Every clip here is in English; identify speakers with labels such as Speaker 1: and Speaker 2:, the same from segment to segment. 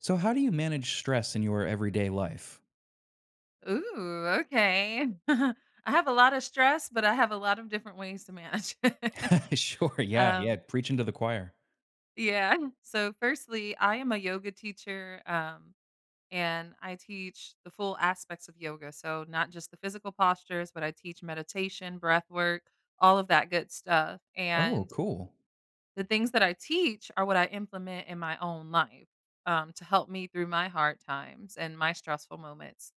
Speaker 1: So, how do you manage stress in your everyday life?
Speaker 2: Ooh, okay. I have a lot of stress, but I have a lot of different ways to manage it.
Speaker 1: Sure. Yeah. Yeah.
Speaker 2: Um,
Speaker 1: Preaching to the choir.
Speaker 2: yeah. So, firstly, I am a yoga teacher and I teach the full aspects of yoga. So, not just the physical postures, but I teach meditation, breath work, all of that good stuff.
Speaker 1: Oh,
Speaker 2: And
Speaker 1: cool.
Speaker 2: the things that I teach are what I implement in my own life to help me through my hard times and my stressful moments.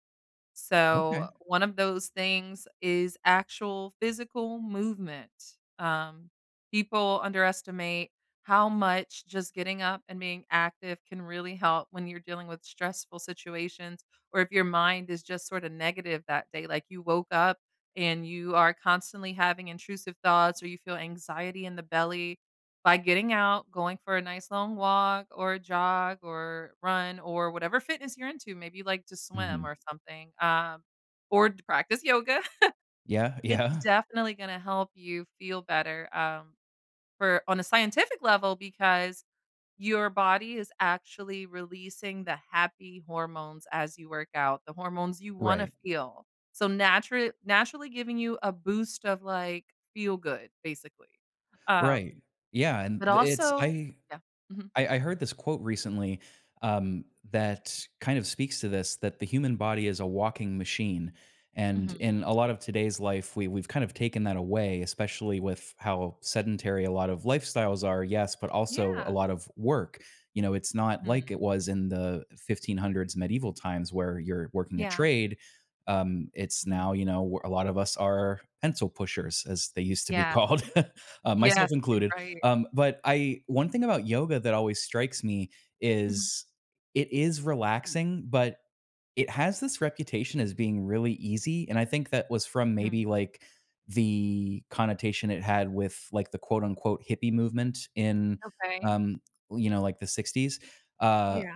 Speaker 1: Okay.
Speaker 2: So, one of those things is actual physical movement. Um, people underestimate how much just getting up and being active can really help when you're dealing with stressful situations, or if your mind is just sort of negative that day. Like, you woke up and you are constantly having intrusive thoughts or you feel anxiety in the belly. By getting out, going for a nice long walk or a jog or run or whatever fitness you're into, maybe you like to swim
Speaker 1: Hmm.
Speaker 2: or something, or to practice yoga,
Speaker 1: Yeah.
Speaker 2: it's
Speaker 1: Yeah.
Speaker 2: definitely gonna help you feel better, for on a scientific level, because your body is actually releasing the happy hormones as you work out, the hormones you wanna
Speaker 1: Right.
Speaker 2: feel. So naturally giving you a boost of, like, feel good, basically. Um,
Speaker 1: Right. Yeah. And
Speaker 2: but
Speaker 1: th- it's,
Speaker 2: also.
Speaker 1: I,
Speaker 2: Yeah. Mhm.
Speaker 1: I, I heard this quote recently um, that kind of speaks to this, that the human body is a walking machine. And
Speaker 2: Mhm.
Speaker 1: in a lot of today's life, we've kind of taken that away, especially with how sedentary a lot of lifestyles are, yes, but also a
Speaker 2: Yeah.
Speaker 1: lot of work. You know, it's not like it
Speaker 2: Mhm.
Speaker 1: was in the 1500s, medieval times, where you're working a
Speaker 2: Yeah.
Speaker 1: trade. It's now,
Speaker 2: Mhm.
Speaker 1: you know, a lot of us are pencil pushers, as they used to be
Speaker 2: Yes.
Speaker 1: called. Myself
Speaker 2: Yes, you're
Speaker 1: included.
Speaker 2: right.
Speaker 1: But I one thing about yoga that always strikes me
Speaker 2: Mhm,
Speaker 1: is it is relaxing, but it has this reputation as being really easy. And I think that was from
Speaker 2: mhm.
Speaker 1: maybe like the connotation it had with, like, the quote unquote hippie movement in,
Speaker 2: Okay.
Speaker 1: um, you know, like the 60s. Uh
Speaker 2: Yeah.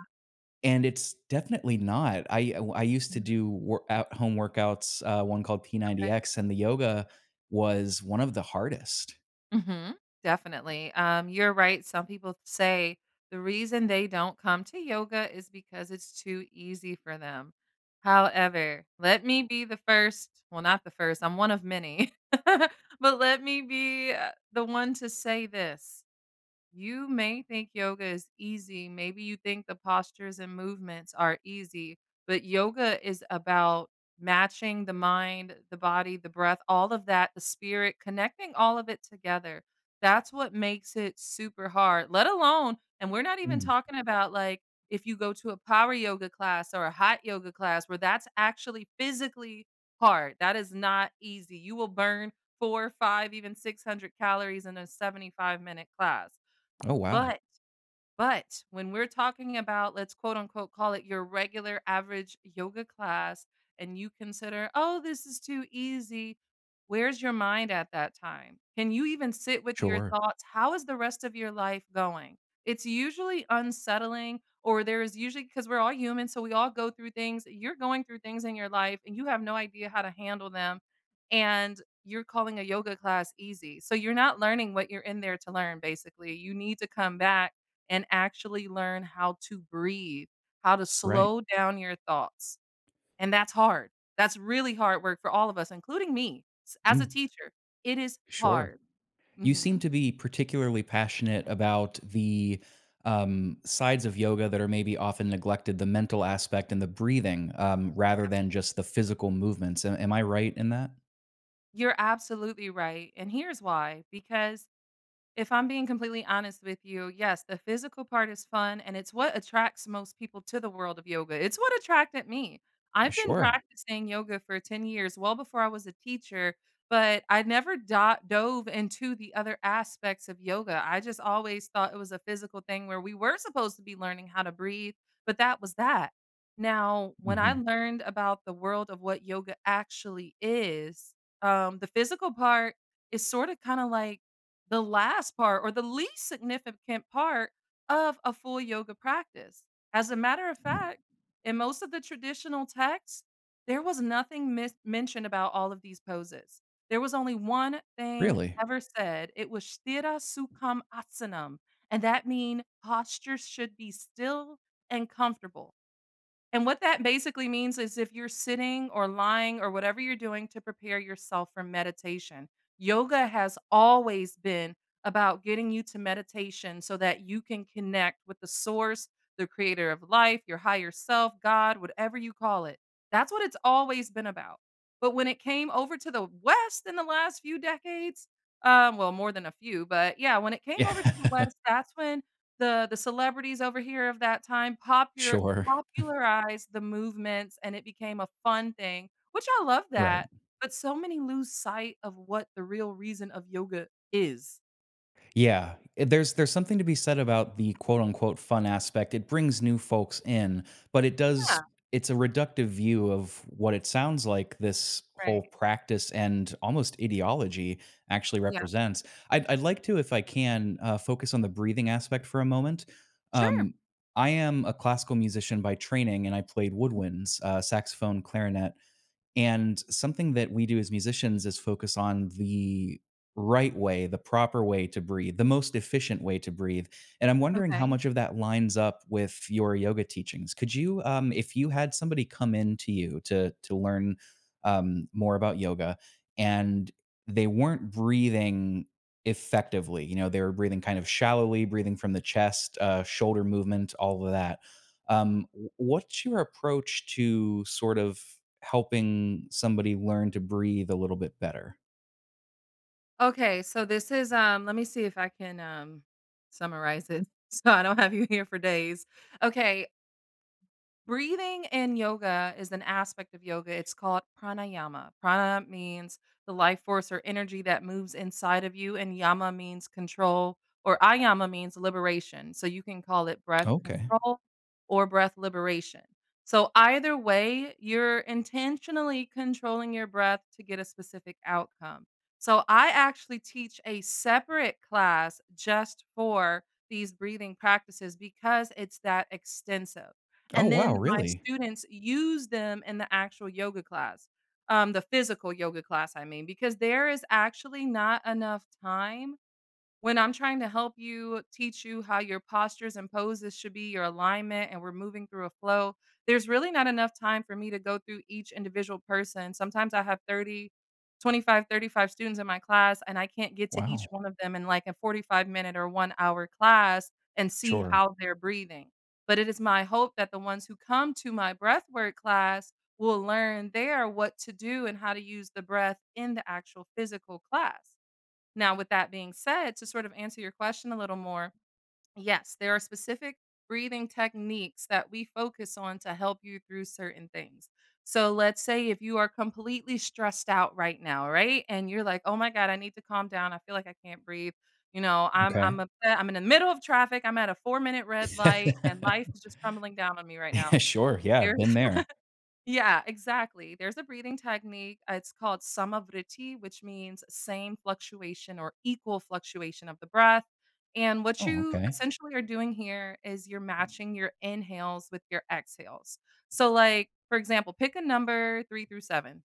Speaker 1: and it's definitely not. I used to
Speaker 2: Mhm.
Speaker 1: do at home workouts, one called
Speaker 2: Okay.
Speaker 1: P90X, and the yoga was one of the hardest.
Speaker 2: Mhm. Definitely. You're right. Some people say the reason they don't come to yoga is because it's too easy for them. However, let me be the first. Well, not the first, I'm one of many, but let me be, the one to say this. You may think yoga is easy. Maybe you think the postures and movements are easy, but yoga is about matching the mind, the body, the breath, all of that, the spirit, connecting all of it together. That's what makes it super hard. Let alone, and we're not even
Speaker 1: Mm.
Speaker 2: talking about, like, if you go to a power yoga class or a hot yoga class where that's actually physically hard. That is not easy. You will burn four, five, even 600 calories in a 75-minute class,
Speaker 1: Oh, wow.
Speaker 2: but, but when we're talking about, let's quote unquote call it your regular average yoga class, and you consider, oh, this is too easy, where's your mind at that time? Can you even sit with your
Speaker 1: Sure.
Speaker 2: thoughts? How is the rest of your life going? It's usually unsettling, or there is, usually, because we're all human, so we all go through things. You're going through things in your life, and you have no idea how to handle them. And you're calling a yoga class easy. So you're not learning what you're in there to learn, basically. You need to come back and actually learn how to breathe, how to
Speaker 1: Right.
Speaker 2: slow down your thoughts, and that's hard. That's really hard work for all of us, including me s as a
Speaker 1: Mm,
Speaker 2: teacher. It is
Speaker 1: sure.
Speaker 2: hard.
Speaker 1: You seem
Speaker 2: Mhm.
Speaker 1: to be particularly passionate about the, sides of yoga that are maybe often neglected, the mental aspect and the breathing, rather
Speaker 2: Yes.
Speaker 1: than just the physical movements. Am I right in that?
Speaker 2: You're absolutely right, and here's why, because if I'm being completely honest with you, yes, the physical part is fun and it's what attracts most people to the world of yoga. It's what attracted me. I've been
Speaker 1: Sure.
Speaker 2: practicing yoga for 10 years, well before I was a teacher, but I never dove into the other aspects of yoga. I just always thought it was a physical thing where we were supposed to be learning how to breathe, but that was that. Now, when I
Speaker 1: Hmm.
Speaker 2: learned about the world of what yoga actually is, the physical part is sort of kind of like the last part or the least significant part of a full yoga practice. As a matter of
Speaker 1: Oh,
Speaker 2: fact, in most of the traditional texts, there was nothing mentioned about all of these poses. There was only one thing
Speaker 1: really?
Speaker 2: ever said. It was sthira sukham asanam, and that means postures should be still and comfortable. And what that basically means is if you're sitting or lying or whatever you're doing to prepare yourself for meditation, yoga has always been about getting you to meditation so that you can connect with the source, the creator of life, your higher self, God, whatever you call it. That's what it's always been about. But when it came over to the West in the last few decades, well, more than a few, but yeah, when it came over to the
Speaker 1: Yeah.
Speaker 2: West, that's when the celebrities over here of that time popular
Speaker 1: Sure.
Speaker 2: popularized the movements and it became a fun thing, which I love
Speaker 1: Right.
Speaker 2: that, but so many lose sight of what the real reason of yoga is.
Speaker 1: Yeah, there's something to be said about the quote unquote fun aspect. It brings new folks in, but it
Speaker 2: Yeah,
Speaker 1: does, it's a reductive view of what it sounds like this whole
Speaker 2: right.
Speaker 1: practice and almost ideology actually
Speaker 2: Yeah.
Speaker 1: represents. I'd like to, if I can, focus on the breathing aspect for a moment.
Speaker 2: Sure.
Speaker 1: Um, I am a classical musician by training, and I played woodwinds, saxophone, clarinet, and something that we do as musicians is focus on the right way, the proper way to breathe, the most efficient way to breathe. And I'm wondering how
Speaker 2: Okay.
Speaker 1: much of that lines up with your yoga teachings. Could you, if you had somebody come in to you to learn, more about yoga, and they weren't breathing effectively, you know, they were breathing kind of shallowly, breathing from the chest, shoulder movement, all of that, what's your approach to sort of helping somebody learn to breathe a little bit better?
Speaker 2: Okay, so let me see if I can summarize it so I don't have you here for days. Okay, breathing in yoga is an aspect of yoga. It's called pranayama. Prana means the life force or energy that moves inside of you, and yama means control, or ayama means liberation. So you can call it breath
Speaker 1: Okay.
Speaker 2: control or breath liberation. So either way, you're intentionally controlling your breath to get a specific outcome. So I actually teach a separate class just for these breathing practices because it's that extensive,
Speaker 1: Oh,
Speaker 2: and
Speaker 1: wow.
Speaker 2: then my
Speaker 1: Really?
Speaker 2: students use them in the actual yoga class, the physical yoga class, I mean, because there is actually not enough time. When I'm trying to help you, teach you how your postures and poses should be, your alignment, and we're moving through a flow, there's really not enough time for me to go through each individual person. Sometimes I have 30, 25, 35 students in my class, and I can't get to each
Speaker 1: Wow.
Speaker 2: one of them in like a 45 minute or 1 hour class and see
Speaker 1: Sure.
Speaker 2: how they're breathing. But it is my hope that the ones who come to my breathwork class will learn there what to do and how to use the breath in the actual physical class. Now, with that being said, to sort of answer your question a little more, yes, there are specific breathing techniques that we focus on to help you through certain things. So, let's say if you are completely stressed out right now, right? And you're like, "Oh my god, I need to calm down. I feel like I can't breathe." You know, I'm
Speaker 1: Okay.
Speaker 2: I'm upset. I'm in the middle of traffic. I'm at a 4-minute red light and life is just crumbling down on me right now.
Speaker 1: Yeah, sure. Yeah,
Speaker 2: There,
Speaker 1: I've been there.
Speaker 2: yeah, exactly. There's a breathing technique. It's called samavriti, which means same fluctuation or equal fluctuation of the breath. And what
Speaker 1: Oh,
Speaker 2: you
Speaker 1: okay.
Speaker 2: essentially are doing here is you're matching your inhales with your exhales. So, like, for example, pick a number three through seven.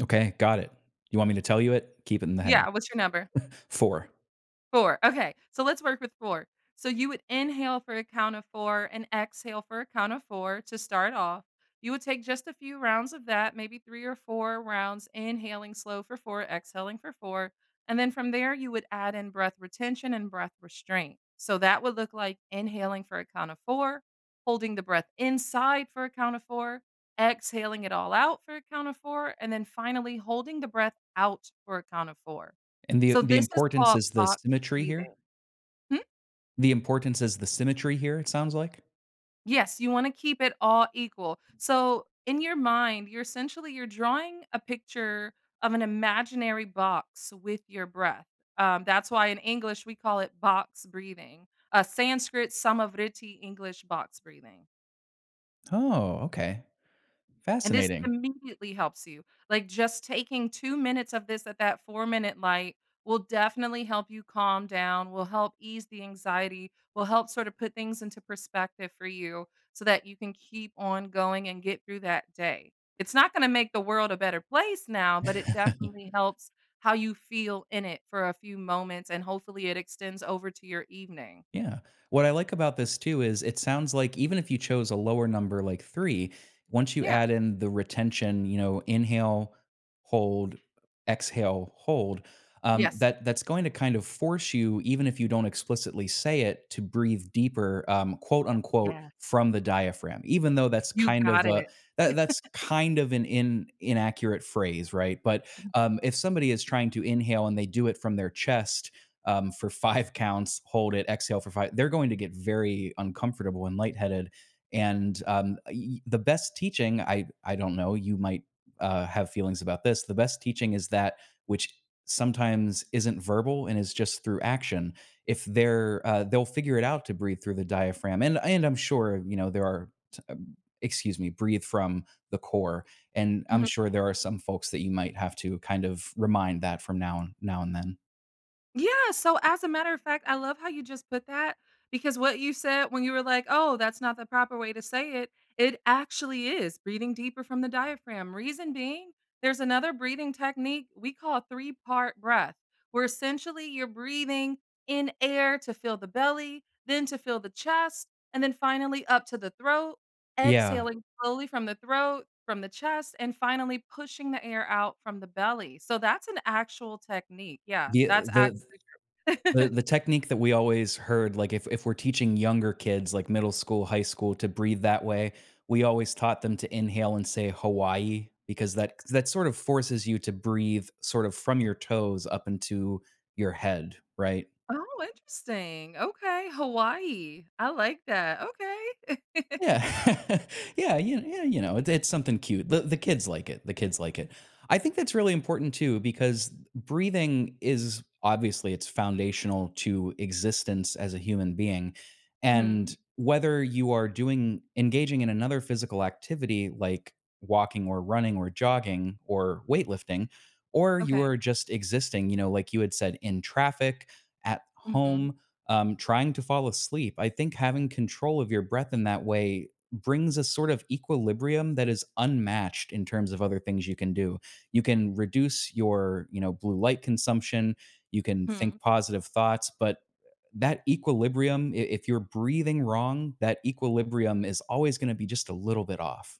Speaker 1: Okay, got it. You want me to tell you it? Keep it in the head.
Speaker 2: Yeah, what's your number?
Speaker 1: Four.
Speaker 2: 4, okay, so let's work with 4. So you would inhale for a count of 4 and exhale for a count of 4 to start off. You would take just a few rounds of that, maybe 3 or 4 rounds, inhaling slow for 4, exhaling for 4, and then from there, you would add in breath retention and breath restraint. So that would look like inhaling for a count of 4, holding the breath inside for a count of 4, exhaling it all out for a count of 4, and then finally holding the breath out for a count of 4.
Speaker 1: And the
Speaker 2: So this is
Speaker 1: importance
Speaker 2: called
Speaker 1: is the
Speaker 2: box
Speaker 1: symmetry
Speaker 2: breathing.
Speaker 1: here.
Speaker 2: Hmm?
Speaker 1: The importance is the symmetry here, it sounds like.
Speaker 2: Yes, you wanna keep it all equal. So, in your mind, you're essentially you're drawing a picture of an imaginary box with your breath. That's why in English, we call it box breathing. Sanskrit, Samavriti; English, box breathing.
Speaker 1: Oh, okay.
Speaker 2: And this
Speaker 1: Fascinating.
Speaker 2: immediately helps you. Like, just taking 2 minutes of this at that 4-minute light will definitely help you calm down, will help ease the anxiety, will help sort of put things into perspective for you so that you can keep on going and get through that day. It's not gonna make the world a better place now, but it definitely helps how you feel in it for a few moments, and hopefully it extends over to your evening.
Speaker 1: Yeah. What I like about this too is it sounds like even if you chose a lower number like 3, once you
Speaker 2: Yeah.
Speaker 1: add in the retention, you know, inhale, hold, exhale, hold,
Speaker 2: Yes.
Speaker 1: that that's going to kind of force you, even if you don't explicitly say it, to breathe deeper, quote unquote,
Speaker 2: Yeah.
Speaker 1: from the diaphragm. Even though that's
Speaker 2: You
Speaker 1: kind of
Speaker 2: got
Speaker 1: a
Speaker 2: it.
Speaker 1: that's kind of an inaccurate phrase, right? But
Speaker 2: Mhm.
Speaker 1: if somebody is trying to inhale and they do it from their chest, for five counts, hold it, exhale for five. They're going to get very uncomfortable and lightheaded. And the best teaching, I don't know, you might have feelings about this. The best teaching is that which sometimes isn't verbal and is just through action. If they're They'll figure it out to breathe through the diaphragm, and I'm sure you know there are. Excuse me, breathe from the core, and I'm
Speaker 2: Mhm.
Speaker 1: sure there are some folks that you might have to kind of remind that from now and now and then.
Speaker 2: Yeah, so as a matter of fact, I love how you just put that, because what you said, when you were like, "Oh, that's not the proper way to say it," it actually is breathing deeper from the diaphragm. Reason being, there's another breathing technique we call three-part breath, where essentially you're breathing in air to fill the belly, then to fill the chest, and then finally up to the throat.
Speaker 1: Yeah.
Speaker 2: Exhaling slowly from the throat, from the chest, and finally pushing the air out from the belly. So that's an actual technique. Yeah,
Speaker 1: The
Speaker 2: that's
Speaker 1: the
Speaker 2: actually true.
Speaker 1: the technique that we always heard, like, if we're teaching younger kids, like, middle school, high school, to breathe that way, we always taught them to inhale and say Hawaii because that that sort of forces you to breathe sort of from your toes up into your head, right?
Speaker 2: Oh, interesting. Okay, Hawaii. I like that. Okay.
Speaker 1: Yeah. Yeah, you know, it's something cute. The kids like it, the kids like it. I think that's really important too because breathing is obviously it's foundational to existence as a human being,
Speaker 2: Mhm.
Speaker 1: and whether you are doing engaging in another physical activity like walking or running or jogging or weightlifting, or you
Speaker 2: Okay.
Speaker 1: are just existing, you know, like you had said, in traffic, at
Speaker 2: Mhm.
Speaker 1: home, trying to fall asleep. I think having control of your breath in that way brings a sort of equilibrium that is unmatched in terms of other things you can do. You can reduce your, you know, blue light consumption, you can think
Speaker 2: Mhm.
Speaker 1: positive thoughts, but that equilibrium, if you're breathing wrong, that equilibrium is always going to be just a little bit off.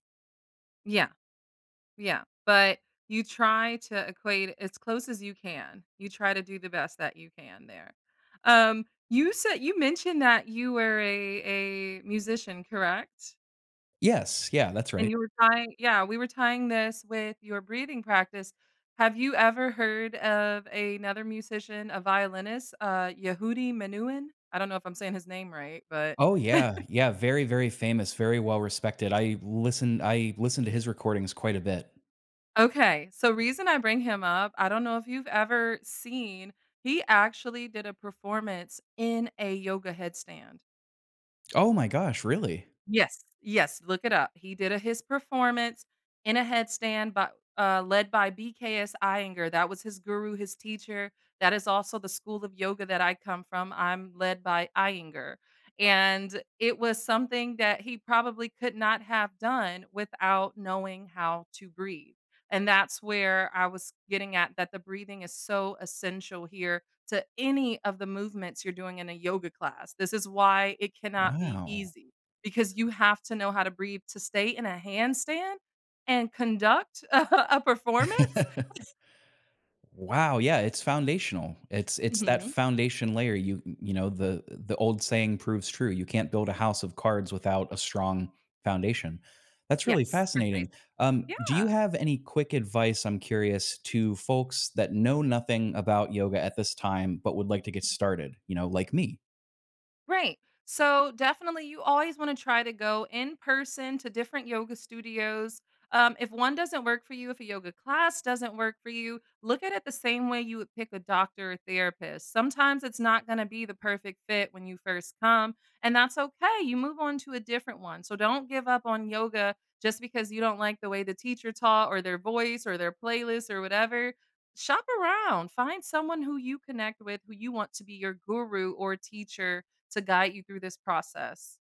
Speaker 2: Yeah, yeah. But you try to equate as close as you can. You try to do the best that you can there. Um, you said you mentioned that you were a musician, correct?
Speaker 1: Yes, yeah, that's
Speaker 2: And
Speaker 1: right.
Speaker 2: you were tying, yeah, we were tying this with your breathing practice. Have you ever heard of another musician, a violinist, Yehudi Menuhin? I don't know if I'm saying his name right, but
Speaker 1: Oh yeah, yeah, very very famous, very well respected. I listen to his recordings quite a bit.
Speaker 2: okay. So, reason I bring him up, I don't know if you've ever seen, he actually did a performance in a yoga headstand.
Speaker 1: Oh my gosh, really?
Speaker 2: Yes, yes, look it up. He did a his performance in a headstand by led by BKS Iyengar. That was his guru, his teacher. That is also the school of yoga that I come from. I'm led by Iyengar. And it was something that he probably could not have done without knowing how to breathe. And that's where I was getting at, that the breathing is so essential here to any of the movements you're doing in a yoga class. This is why it cannot be
Speaker 1: Wow.
Speaker 2: easy, because you have to know how to breathe to stay in a handstand and conduct a performance.
Speaker 1: Wow, yeah, it's foundational. It's that
Speaker 2: Mhm.
Speaker 1: foundation layer. You know, the old saying proves true. You can't build a house of cards without a strong foundation. That's really
Speaker 2: Yes, precisely.
Speaker 1: fascinating. Do you
Speaker 2: Yeah.
Speaker 1: have any quick advice, I'm curious, to folks that know nothing about yoga at this time but would like to get started, you know, like me?
Speaker 2: Right. So definitely, you always want to try to go in person to different yoga studios. If one doesn't work for you, if a yoga class doesn't work for you, look at it the same way you would pick a doctor or therapist. Sometimes it's not going to be the perfect fit when you first come, and that's okay. You move on to a different one. So don't give up on yoga just because you don't like the way the teacher taught or their voice or their playlist or whatever. Shop around, find someone who you connect with, who you want to be your guru or teacher to guide you through this process.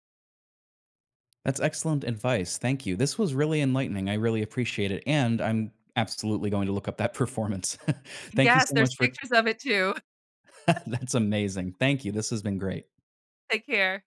Speaker 1: That's excellent advice. Thank you. This was really enlightening. I really appreciate it, and I'm absolutely going to look up that performance. Thank you
Speaker 2: Yes,
Speaker 1: so much
Speaker 2: there's
Speaker 1: for—
Speaker 2: pictures of it too.
Speaker 1: That's amazing. Thank you. This has been great.
Speaker 2: Take care.